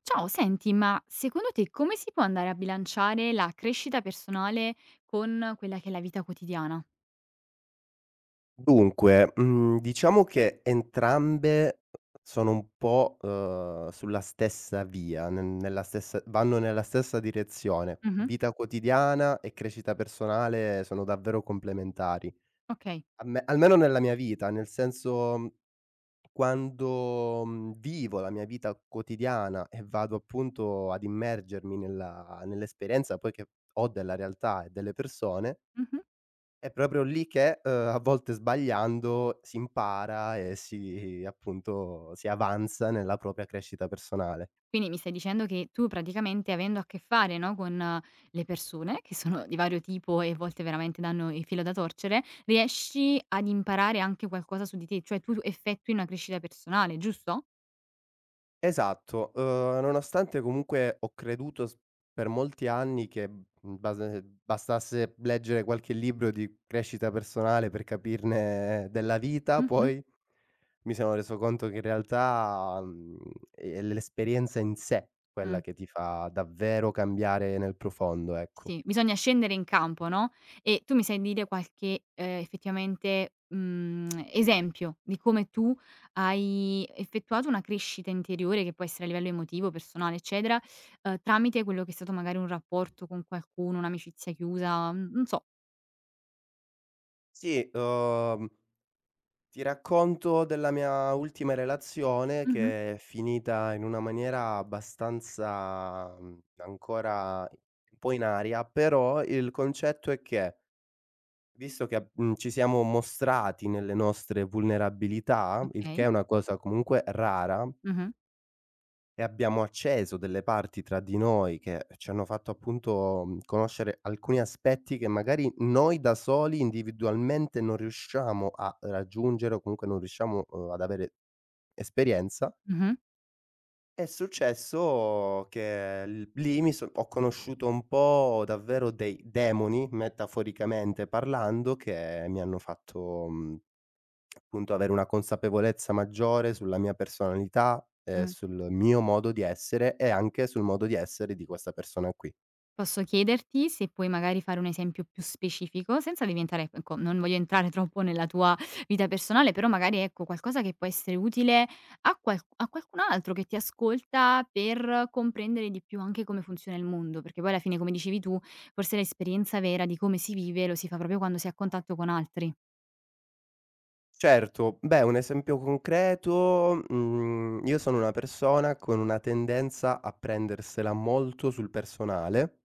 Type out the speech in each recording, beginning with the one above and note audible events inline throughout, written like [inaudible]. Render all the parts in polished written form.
Ciao, senti, ma secondo te come si può andare a bilanciare la crescita personale con quella che è la vita quotidiana? Dunque, diciamo che entrambe sono un po', sulla stessa via, ne nella stessa vanno nella stessa direzione. Mh-mh. Vita quotidiana e crescita personale sono davvero complementari. Okay. A me almeno nella mia vita, nel senso, quando, vivo la mia vita quotidiana e vado appunto ad immergermi nella nell'esperienza poi che ho della realtà e delle persone Mh-mh. è proprio lì che, a volte sbagliando si impara e si appunto, si avanza nella propria crescita personale. Quindi mi stai dicendo che tu praticamente avendo a che fare, no, con le persone che sono di vario tipo e a volte veramente danno il filo da torcere, riesci ad imparare anche qualcosa su di te, cioè tu effettui una crescita personale, giusto? Esatto, nonostante comunque ho creduto s per molti anni che, base bastasse leggere qualche libro di crescita personale per capirne della vita, Mh-mh. poi mi sono reso conto che in realtà, è l'esperienza in sé quella Mh. che ti fa davvero cambiare nel profondo, ecco. Sì, bisogna scendere in campo, no, e tu mi sai dire qualche, effettivamente, esempio di come tu hai effettuato una crescita interiore, che può essere a livello emotivo, personale, eccetera, tramite quello che è stato magari un rapporto con qualcuno, un'amicizia chiusa, n non so. Sì, ti racconto della mia ultima relazione Mh-mh. che è finita in una maniera abbastanza, ancora un po' in aria, però il concetto è che, visto che ci siamo mostrati nelle nostre vulnerabilità, il Okay. che è una cosa comunque rara, Mh-mh. e abbiamo acceso delle parti tra di noi che ci hanno fatto appunto, conoscere alcuni aspetti che magari noi da soli individualmente non riusciamo a raggiungere o comunque non riusciamo, ad avere esperienza, Mh-mh. è successo che l lì mi so ho conosciuto un po' davvero dei demoni, metaforicamente parlando, che mi hanno fatto, appunto avere una consapevolezza maggiore sulla mia personalità, Mh. sul mio modo di essere e anche sul modo di essere di questa persona qui. Posso chiederti se puoi magari fare un esempio più specifico, senza diventare ecco, non voglio entrare [laughs] troppo nella tua vita personale, però magari, ecco, qualcosa che può essere utile a qualcun altro che ti ascolta per comprendere di più anche come funziona il mondo, perché poi alla fine, come dicevi tu, forse l'esperienza vera di come si vive lo si fa proprio quando si è a contatto con altri. Certo, beh, un esempio concreto, io sono una persona con una tendenza a prendersela molto sul personale.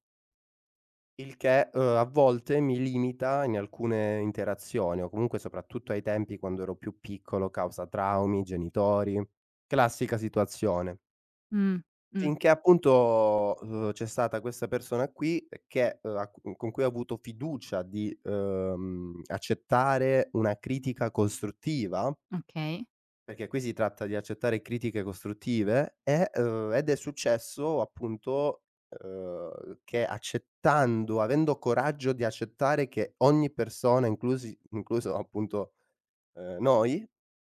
Il che, a volte mi limita in alcune interazioni o comunque soprattutto ai tempi quando ero più piccolo, causa traumi, genitori, classica situazione. Mh, mh, Finché appunto, c'è stata questa persona qui che, a cu con cui ho avuto fiducia di, accettare una critica costruttiva, okay. perché qui si tratta di accettare critiche costruttive e ed è successo appunto, che accettando avendo coraggio di accettare che ogni persona, inclusi incluso appunto, noi,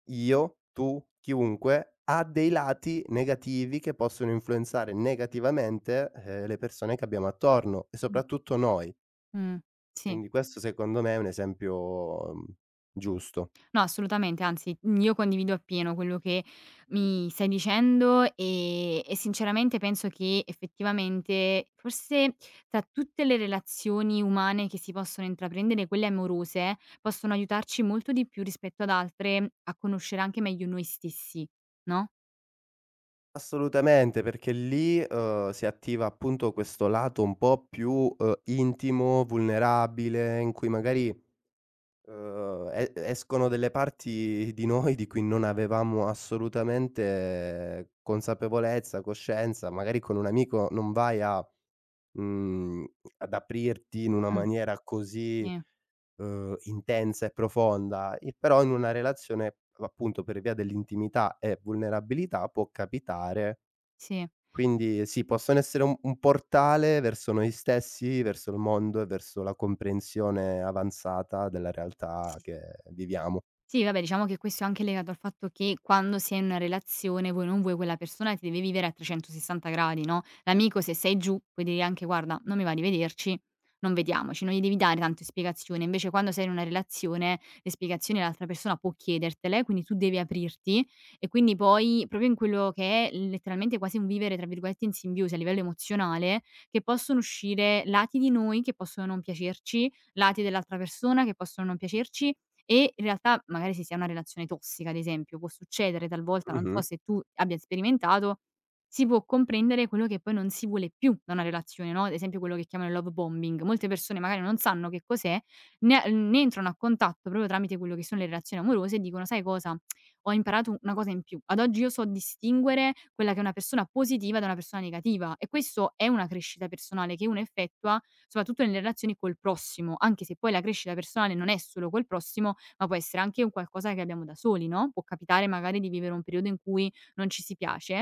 io, tu, chiunque, ha dei lati negativi che possono influenzare negativamente, le persone che abbiamo attorno e Mh, soprattutto noi. mh, sì. Quindi questo secondo me è un esempio, giusto. No, assolutamente, anzi, io condivido appieno quello che mi stai dicendo, e sinceramente penso che effettivamente forse tra tutte le relazioni umane che si possono intraprendere, quelle amorose possono aiutarci molto di più rispetto ad altre a conoscere anche meglio noi stessi, no? Assolutamente, perché lì, si attiva appunto questo lato un po' più, intimo, vulnerabile, in cui magari, escono delle parti di noi di cui non avevamo assolutamente consapevolezza, coscienza. Magari con un amico non vai a mhmm, ad aprirti in una Mh, maniera così, intensa e profonda, i però in una relazione, appunto per via dell'intimità e vulnerabilità può capitare, sì, quindi sì, possono essere un portale verso noi stessi, verso il mondo e verso la comprensione avanzata della realtà sì. che viviamo. Sì, vabbè, diciamo che questo è anche legato al fatto che quando si è in una relazione, vuoi o non vuoi, quella persona ti deve vivere a 360 gradi, no, l'amico se sei giù puoi dire anche: "Guarda, non mi va di vederci, non vediamoci", non gli devi dare tante spiegazioni. Invece quando sei in una relazione, le spiegazioni l'altra persona può chiedertele, quindi tu devi aprirti e quindi poi proprio in quello che è letteralmente quasi un vivere, tra virgolette, "in simbiosi" a livello emozionale, che possono uscire lati di noi che possono non piacerci, lati dell'altra persona che possono non piacerci e in realtà magari si sia una relazione tossica, ad esempio, può succedere talvolta, non Mh-mh. so se tu abbia sperimentato, si può comprendere quello che poi non si vuole più da una relazione, no, ad esempio quello che chiamano il love bombing. Molte persone magari non sanno che cos'è, ne entrano a contatto proprio tramite quello che sono le relazioni amorose e dicono: "Sai cosa? Ho imparato una cosa in più. Ad oggi io so distinguere quella che è una persona positiva da una persona negativa" e questo è una crescita personale che uno effettua soprattutto nelle relazioni col prossimo, anche se poi la crescita personale non è solo col prossimo ma può essere anche un qualcosa che abbiamo da soli, no, può capitare magari di vivere un periodo in cui non ci si piace,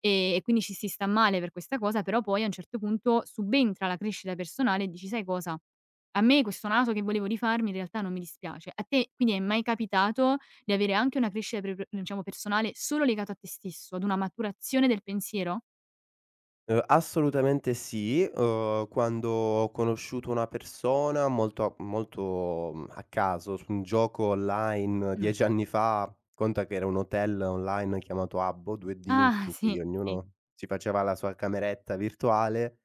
e quindi ci si sta male per questa cosa, però poi a un certo punto subentra la crescita personale e dici: "Sai cosa? A me questo naso che volevo rifarmi in realtà non mi dispiace". A te quindi è mai capitato di avere anche una crescita pre pre diciamo personale solo legato a te stesso, ad una maturazione del pensiero? Assolutamente sì, quando ho conosciuto una persona molto, a caso su un gioco online Mh. 10 anni fa. Conta che era un hotel online chiamato Habbo 2D in Ah sì, cui sì. ognuno si faceva la sua cameretta virtuale,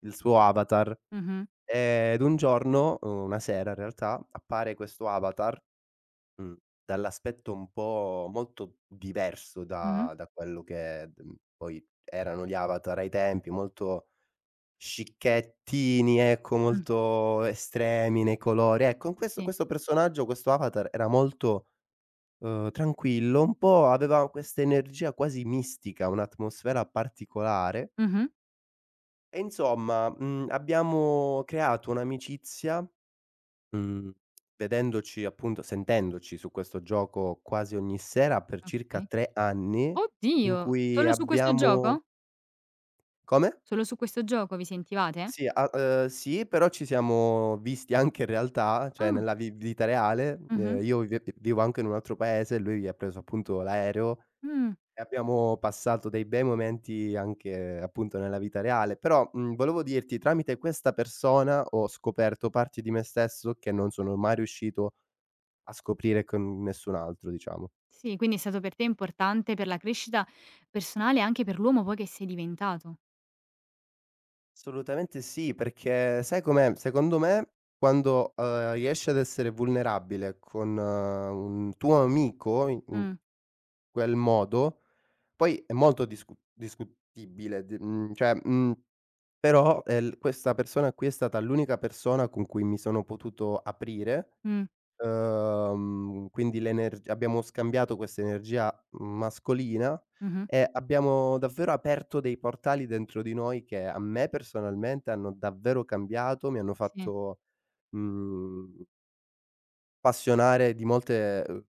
il suo avatar. Mh-mh. Ed un giorno, una sera in realtà, appare questo avatar, mhmm, dall'aspetto un po' molto diverso Mh-mh. Da quello che, poi erano gli avatar ai tempi, molto scicchettini, ecco, Mh. molto estremi nei colori. Ecco, Sì. questo personaggio, questo avatar era molto, tranquillo, un po' aveva questa energia quasi mistica, un'atmosfera particolare Mh-mh. e insomma, abbiamo creato un'amicizia, Mhmm, vedendoci appunto sentendoci su questo gioco quasi ogni sera per circa Okay. 3 anni, in Oddio! cui Solo su questo abbiamo gioco? come? Solo su questo gioco vi sentivate? Sì, a sì, però ci siamo visti anche in realtà, cioè Ah, nella vi vita reale. mh-mh. Io vive vivo anche in un altro paese, lui ha preso appunto l'aereo Mh. e abbiamo passato dei bei momenti anche appunto nella vita reale. Però, volevo dirti, tramite questa persona ho scoperto parti di me stesso che non sono mai riuscito a scoprire con nessun altro, diciamo. Sì, quindi è stato per te importante per la crescita personale e anche per l'uomo poi che sei diventato. Assolutamente sì, perché sai com'è? Secondo me quando, riesci ad essere vulnerabile con un tuo amico in Mh, quel modo, poi è molto discutibile, cioè, però, l questa persona qui è stata l'unica persona con cui mi sono potuto aprire. mh, Quindi l'energ abbiamo scambiato questa energia mascolina mh-mh. e abbiamo davvero aperto dei portali dentro di noi che a me personalmente hanno davvero cambiato, mi hanno Sì, fatto, mhmm, appassionare di molte,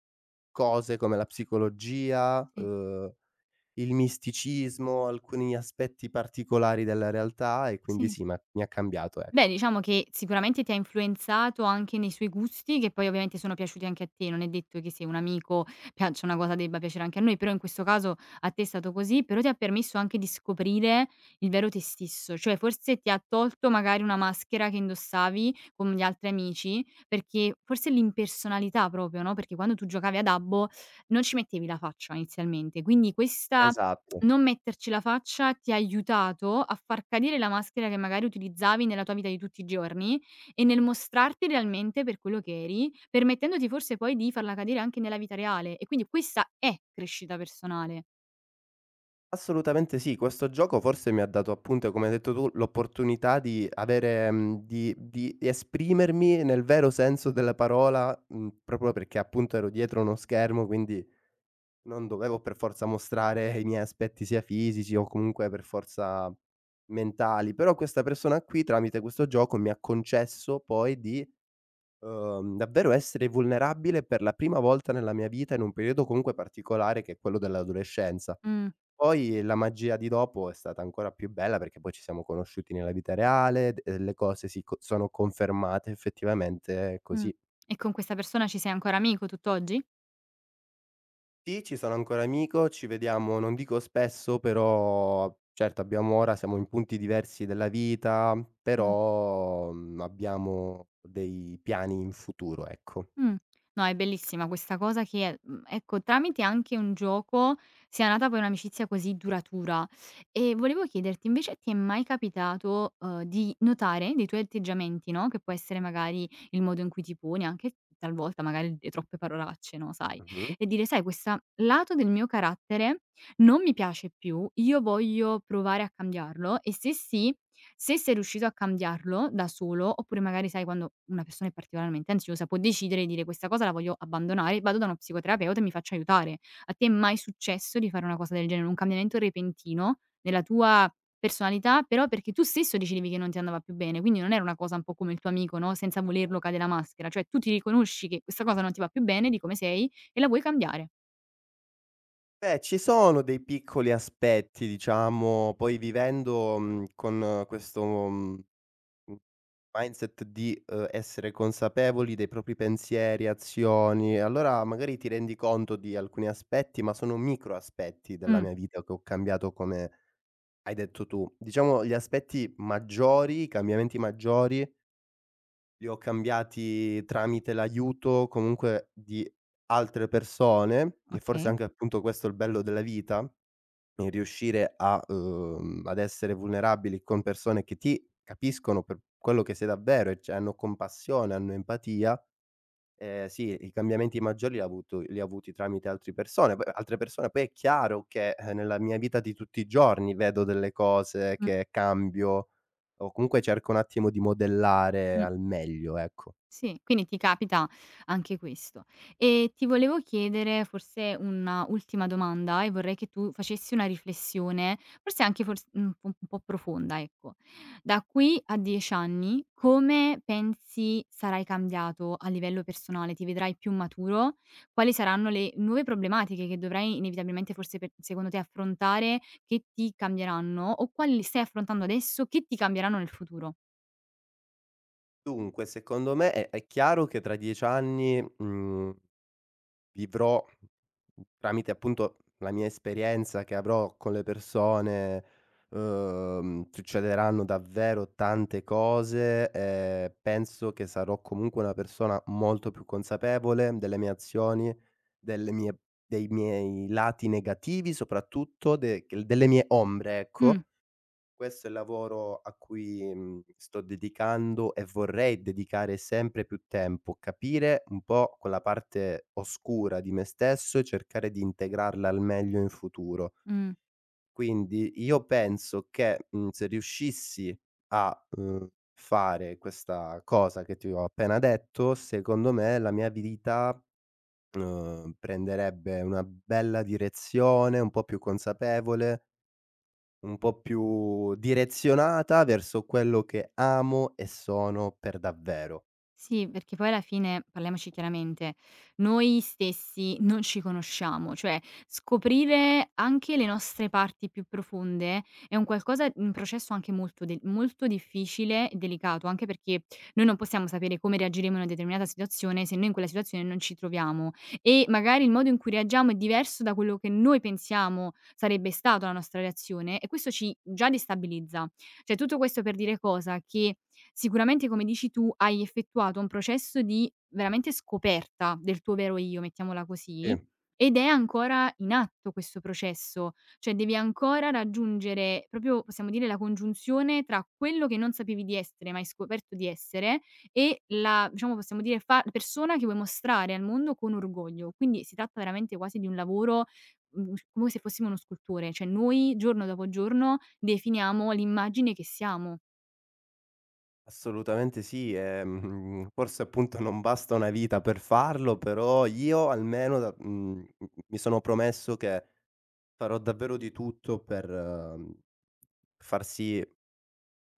cose come la psicologia, sì, il misticismo, alcuni aspetti particolari della realtà e quindi sì. sì, ma mi ha cambiato, Beh, ecco. diciamo che sicuramente ti ha influenzato anche nei suoi gusti, che poi ovviamente sono piaciuti anche a te. Non è detto che se un amico piaccia una cosa debba piacere anche a noi, però in questo caso a te è stato così, però ti ha permesso anche di scoprire il vero te stesso, cioè forse ti ha tolto magari una maschera che indossavi con gli altri amici, perché forse l'impersonalità proprio, no, perché quando tu giocavi a dabbo non ci mettevi la faccia inizialmente. Quindi questa Esatto. non metterci la faccia ti ha aiutato a far cadere la maschera che magari utilizzavi nella tua vita di tutti i giorni e nel mostrarti realmente per quello che eri, permettendoti forse poi di farla cadere anche nella vita reale e quindi questa è crescita personale. Assolutamente sì, questo gioco forse mi ha dato appunto, come hai detto tu, l'opportunità di avere di esprimermi nel vero senso della parola, proprio perché appunto ero dietro uno schermo, quindi non dovevo per forza mostrare i miei aspetti sia fisici o comunque per forza mentali. Però questa persona qui, tramite questo gioco, mi ha concesso poi di, davvero essere vulnerabile per la prima volta nella mia vita in un periodo comunque particolare che è quello dell'adolescenza. Mh, Poi la magia di dopo è stata ancora più bella, perché poi ci siamo conosciuti nella vita reale, d le cose si co sono confermate effettivamente mh. così. E con questa persona ci sei ancora amico tutt'oggi? Sì, ci sono ancora amico, ci vediamo non dico spesso, però certo abbiamo ora siamo in punti diversi della vita, Mh. però, abbiamo dei piani in futuro, ecco. Mh. No, è bellissima questa cosa che, ecco, tramite anche un gioco sia nata poi un'amicizia così duratura. E volevo chiederti invece, ti è mai capitato, di notare dei tuoi atteggiamenti, no, che può essere magari il modo in cui ti poni, anche talvolta magari le troppe parolacce, no, sai, Mh-mh. e dire: "Sai questa lato del mio carattere non mi piace più, io voglio provare a cambiarlo e se sì se sei riuscito a cambiarlo da solo, oppure magari sai quando una persona è particolarmente ansiosa, può decidere di dire: "Questa cosa la voglio abbandonare, vado da uno psicoterapeuta e mi faccio aiutare." A te è mai successo di fare una cosa del genere? Un cambiamento repentino nella tua personalità, però perché tu stesso decidevi che non ti andava più bene, quindi non era una cosa un po' come il tuo amico, no, senza volerlo cade la maschera, cioè tu ti riconosci che questa cosa non ti va più bene di come sei e la vuoi cambiare. Beh, ci sono dei piccoli aspetti diciamo, poi vivendo, con questo, mhmm mh, mindset di, essere consapevoli dei propri pensieri, azioni. Allora magari ti rendi conto di alcuni aspetti, ma sono micro aspetti della Mh, mia vita che ho cambiato come hai detto tu. Diciamo gli aspetti maggiori, i cambiamenti maggiori li ho cambiati tramite l'aiuto comunque di altre persone e forse okay. anche appunto questo è il bello della vita. E riuscire a ad essere vulnerabili con persone che ti capiscono per quello che sei davvero e cioè hanno compassione, hanno empatia, sì, i cambiamenti maggiori li ha avuti tramite altre persone. Poi è chiaro che, nella mia vita di tutti i giorni vedo delle cose Mh, che cambio o comunque cerco un attimo di modellare mh. al meglio, ecco. Sì, quindi ti capita anche questo. E ti volevo chiedere forse un'ultima domanda e vorrei che tu facessi una riflessione, forse anche un po' profonda, ecco. Da qui a 10 anni, come pensi sarai cambiato a livello personale? Ti vedrai più maturo? Quali saranno le nuove problematiche che dovrai inevitabilmente secondo te affrontare che ti cambieranno? O quali stai affrontando adesso che ti cambieranno nel futuro? Dunque, secondo me è chiaro che tra 10 anni, mhmm vivrò tramite appunto la mia esperienza che avrò con le persone, succederanno davvero tante cose e penso che sarò comunque una persona molto più consapevole delle mie azioni, delle mie dei miei lati negativi soprattutto, de delle mie ombre, Mm, ecco. Questo è il lavoro a cui, sto dedicando e vorrei dedicare sempre più tempo, capire un po' quella parte oscura di me stesso e cercare di integrarla al meglio in futuro. mm. Quindi io penso che, se riuscissi a, fare questa cosa che ti ho appena detto, secondo me la mia vita, prenderebbe una bella direzione, un po' più consapevole, un po' più direzionata verso quello che amo e sono per davvero. Sì, perché poi alla fine, parliamoci chiaramente, noi stessi non ci conosciamo, cioè scoprire anche le nostre parti più profonde è un qualcosa un processo anche molto difficile e delicato, anche perché noi non possiamo sapere come reagiremo in una determinata situazione se noi in quella situazione non ci troviamo e magari il modo in cui reagiamo è diverso da quello che noi pensiamo sarebbe stata la nostra reazione e questo ci già destabilizza. Cioè tutto questo per dire cosa? Che sicuramente, come dici tu, hai effettuato un processo di veramente scoperta del tuo vero io, mettiamola così, Sì, ed è ancora in atto questo processo, cioè devi ancora raggiungere proprio, possiamo dire, la congiunzione tra quello che non sapevi di essere, ma hai scoperto di essere e la, diciamo, possiamo dire, persona che vuoi mostrare al mondo con orgoglio. Quindi si tratta veramente quasi di un lavoro mm, come se fossimo uno scultore, cioè noi giorno dopo giorno definiamo l'immagine che siamo. assolutamente sì, forse appunto non basta una vita per farlo, però io almeno m mi sono promesso che farò davvero di tutto per, far sì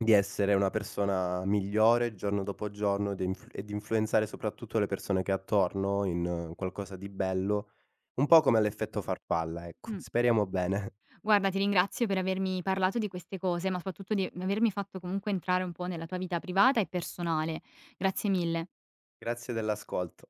di essere una persona migliore giorno dopo giorno ed influ e di influenzare soprattutto le persone che ho attorno in qualcosa di bello, un po' come l'effetto farfalla, ecco. Mm. Speriamo bene. Guarda, ti ringrazio per avermi parlato di queste cose, ma soprattutto di avermi fatto comunque entrare un po' nella tua vita privata e personale. Grazie mille. Grazie dell'ascolto.